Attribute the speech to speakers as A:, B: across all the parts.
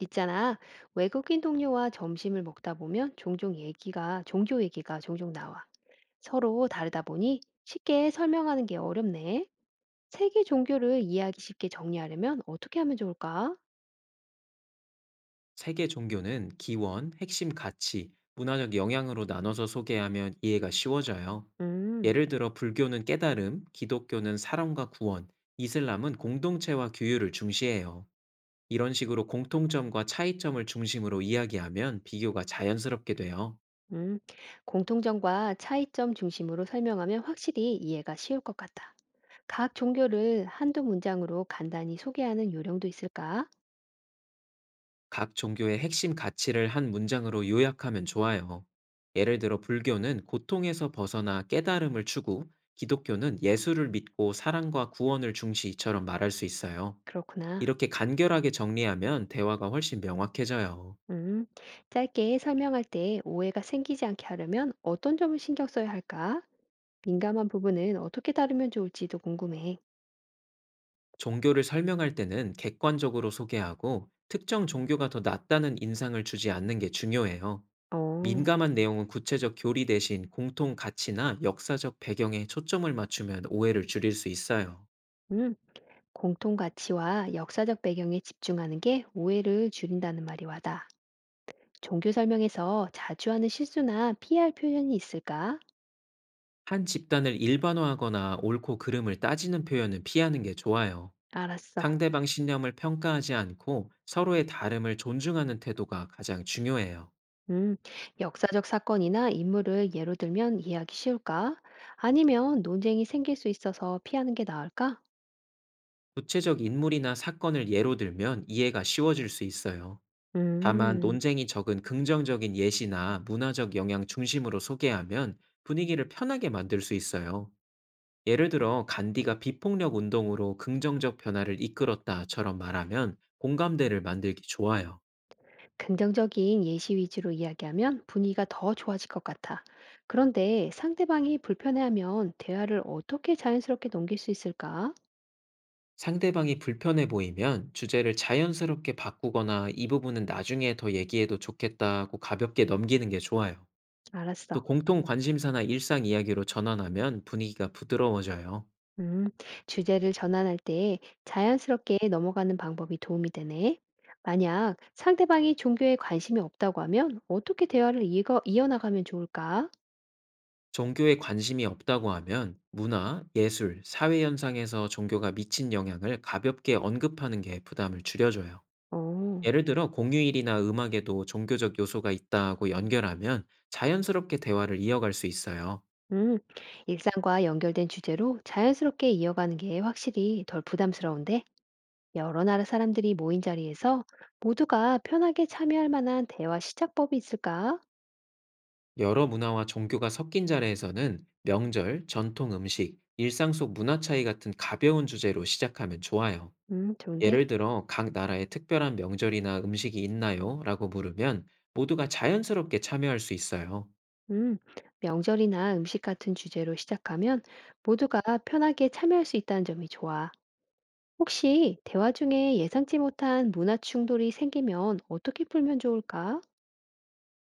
A: 있잖아. 외국인 동료와 점심을 먹다 보면 종교 얘기가 종종 나와. 서로 다르다 보니 쉽게 설명하는 게 어렵네. 세계 종교를 이해하기 쉽게 정리하려면 어떻게 하면 좋을까?
B: 세계 종교는 기원, 핵심 가치, 문화적 영향으로 나눠서 소개하면 이해가 쉬워져요.
A: 음,
B: 예를 들어 불교는 깨달음, 기독교는 사랑과 구원, 이슬람은 공동체와 규율을 중시해요. 이런 식으로 공통점과 차이점을 중심으로 이야기하면 비교가 자연스럽게 돼요.
A: 음. 공통점과 차이점 중심으로 설명하면 확실히 이해가 쉬울 것 같다. 각 종교를 한두 문장으로 간단히 소개하는 요령도 있을까?
B: 각 종교의 핵심 가치를 한 문장으로 요약하면 좋아요. 예를 들어 불교는 고통에서 벗어나 깨달음을 추구, 기독교는 예수를 믿고 사랑과 구원을 중시처럼 말할 수 있어요.
A: 그렇구나.
B: 이렇게 간결하게 정리하면 대화가 훨씬 명확해져요.
A: 음, 짧게 설명할 때 오해가 생기지 않게 하려면 어떤 점을 신경 써야 할까? 민감한 부분은 어떻게 다루면 좋을지도 궁금해.
B: 종교를 설명할 때는 객관적으로 소개하고 특정 종교가 더 낫다는 인상을 주지 않는 게 중요해요.
A: 어.
B: 민감한 내용은 구체적 교리 대신 공통 가치나 역사적 배경에 초점을 맞추면 오해를 줄일 수 있어요.
A: 음. 공통 가치와 역사적 배경에 집중하는 게 오해를 줄인다는 말이 와닿아. 종교 설명에서 자주 하는 실수나 피할 표현이 있을까?
B: 한 집단을 일반화하거나 옳고 그름을 따지는 표현은 피하는 게 좋아요.
A: 알았어.
B: 상대방 신념을 평가하지 않고 서로의 다름을 존중하는 태도가 가장 중요해요.
A: 음, 역사적 사건이나 인물을 예로 들면 이해하기 쉬울까? 아니면 논쟁이 생길 수 있어서 피하는 게 나을까?
B: 구체적 인물이나 사건을 예로 들면 이해가 쉬워질 수 있어요. 다만
A: 음.
B: 논쟁이 적은 긍정적인 예시나 문화적 영향 중심으로 소개하면 분위기를 편하게 만들 수 있어요. 예를 들어 간디가 비폭력 운동으로 긍정적 변화를 이끌었다처럼 말하면 공감대를 만들기 좋아요.
A: 긍정적인 예시 위주로 이야기하면 분위기가 더 좋아질 것 같아. 그런데 상대방이 불편해하면 대화를 어떻게 자연스럽게 넘길 수 있을까?
B: 상대방이 불편해 보이면 주제를 자연스럽게 바꾸거나 이 부분은 나중에 더 얘기해도 좋겠다고 가볍게 넘기는 게 좋아요. 또
A: 알았어.
B: 공통 관심사나 일상 이야기로 전환하면 분위기가 부드러워져요.
A: 음, 주제를 전환할 때 자연스럽게 넘어가는 방법이 도움이 되네. 만약 상대방이 종교에 관심이 없다고 하면 어떻게 대화를 이어나가면 좋을까?
B: 종교에 관심이 없다고 하면 문화, 예술, 사회 현상에서 종교가 미친 영향을 가볍게 언급하는 게 부담을 줄여줘요.
A: 어.
B: 예를 들어 공휴일이나 음악에도 종교적 요소가 있다고 연결하면 자연스럽게 대화를 이어갈 수 있어요.
A: 음, 일상과 연결된 주제로 자연스럽게 이어가는 게 확실히 덜 부담스러운데 여러 나라 사람들이 모인 자리에서 모두가 편하게 참여할 만한 대화 시작법이 있을까?
B: 여러 문화와 종교가 섞인 자리에서는 명절, 전통 음식, 일상 속 문화 차이 같은 가벼운 주제로 시작하면 좋아요.
A: 좋은데.
B: 예를 들어 "각 나라에 특별한 명절이나 음식이 있나요?" 라고 물으면 모두가 자연스럽게 참여할 수 있어요.
A: 음, 명절이나 음식 같은 주제로 시작하면 모두가 편하게 참여할 수 있다는 점이 좋아. 혹시 대화 중에 예상치 못한 문화 충돌이 생기면 어떻게 풀면 좋을까?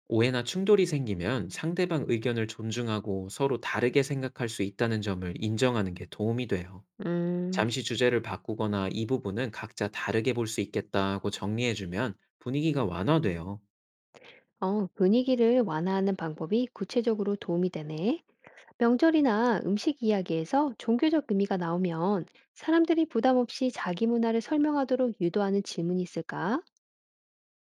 B: 오해나 충돌이 생기면 상대방 의견을 존중하고 서로 다르게 생각할 수 있다는 점을 인정하는 게 도움이 돼요.
A: 음.
B: 잠시 주제를 바꾸거나 "이 부분은 각자 다르게 볼 수 있겠다."고 정리해 주면 분위기가 완화돼요.
A: 어, 분위기를 완화하는 방법이 구체적으로 도움이 되네. 명절이나 음식 이야기에서 종교적 의미가 나오면 사람들이 부담 없이 자기 문화를 설명하도록 유도하는 질문이 있을까?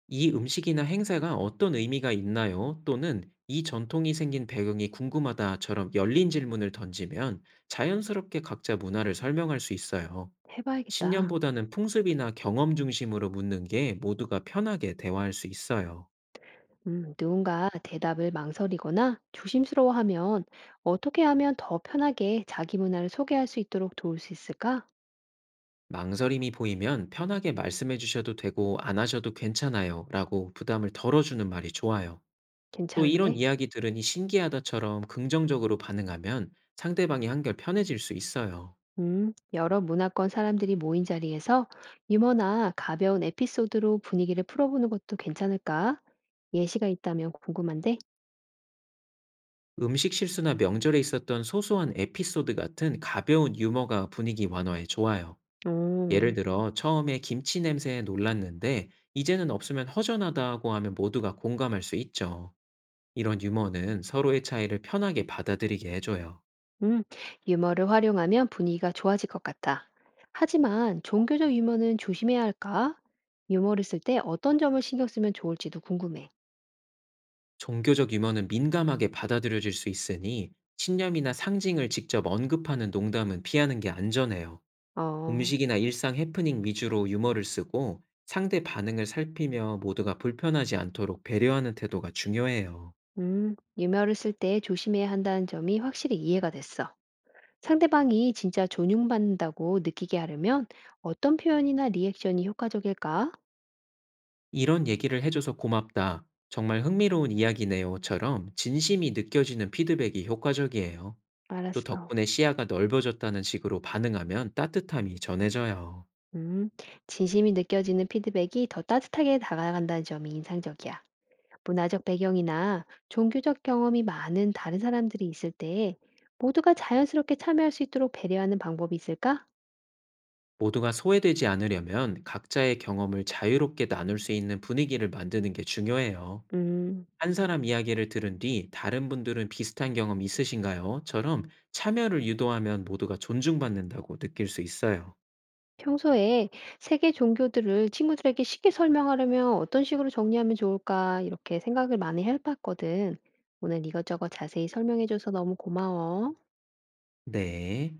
B: 이 음식이나 행사가 어떤 의미가 있나요? 또는 "이 전통이 생긴 배경이 궁금하다."처럼 열린 질문을 던지면 자연스럽게 각자 문화를 설명할 수 있어요.
A: 해봐야겠다.
B: 신념보다는 풍습이나 경험 중심으로 묻는 게 모두가 편하게 대화할 수 있어요.
A: 누군가 대답을 망설이거나 조심스러워하면 어떻게 하면 더 편하게 자기 문화를 소개할 수 있도록 도울 수 있을까?
B: 망설임이 보이면 편하게 말씀해 주셔도 되고 "안 하셔도 괜찮아요."라고 부담을 덜어주는 말이 좋아요. 또 "이런
A: 괜찮은데?
B: 이야기 들으니 신기하다."처럼 긍정적으로 반응하면 상대방이 한결 편해질 수 있어요.
A: 여러 문화권 사람들이 모인 자리에서 유머나 가벼운 에피소드로 분위기를 풀어보는 것도 괜찮을까? 예시가 있다면 궁금한데?
B: 음식 실수나 명절에 있었던 소소한 에피소드 같은 가벼운 유머가 분위기 완화에 좋아요. 예를
A: 음.
B: 들어, 처음에 김치 냄새에 놀랐는데, 이제는 없으면 허전하다고 하면 모두가 공감할 수 있죠. 이런 유머는 서로의 차이를 편하게 받아들이게 해줘요.
A: 음, 유머를 활용하면 분위기가 좋아질 것 같다. 하지만 종교적 유머는 조심해야 할까? 유머를 쓸 때 어떤 점을 신경 쓰면 좋을지도 궁금해.
B: 종교적 유머는 민감하게 받아들여질 수 있으니, 신념이나 상징을 직접 언급하는 농담은 피하는 게 안전해요.
A: 어.
B: 음식이나 일상 해프닝 위주로 유머를 쓰고 상대 반응을 살피며 모두가 불편하지 않도록 배려하는 태도가 중요해요.
A: 유머를 쓸 때 조심해야 한다는 점이 확실히 이해가 됐어. 상대방이 진짜 존중받는다고 느끼게 하려면 어떤 표현이나 리액션이 효과적일까?
B: "이런 얘기를 해줘서 고맙다. 정말 흥미로운 이야기네요."처럼 진심이 느껴지는 피드백이 효과적이에요. 또
A: 알았어.
B: 덕분에 시야가 넓어졌다는 식으로 반응하면 따뜻함이 전해져요.
A: 음, 진심이 느껴지는 피드백이 더 따뜻하게 다가간다는 점이 인상적이야. 문화적 배경이나 종교적 경험이 많은 다른 사람들이 있을 때 모두가 자연스럽게 참여할 수 있도록 배려하는 방법이 있을까?
B: 모두가 소외되지 않으려면 각자의 경험을 자유롭게 나눌 수 있는 분위기를 만드는 게 중요해요.
A: 음,
B: 한 사람 이야기를 들은 뒤 "다른 분들은 비슷한 경험 있으신가요? 처럼 참여를 유도하면 모두가 존중받는다고 느낄 수 있어요.
A: 평소에 세계 종교들을 친구들에게 쉽게 설명하려면 어떤 식으로 정리하면 좋을까? 이렇게 생각을 많이 해봤거든. 오늘 이것저것 자세히 설명해줘서 너무 고마워.
B: 네.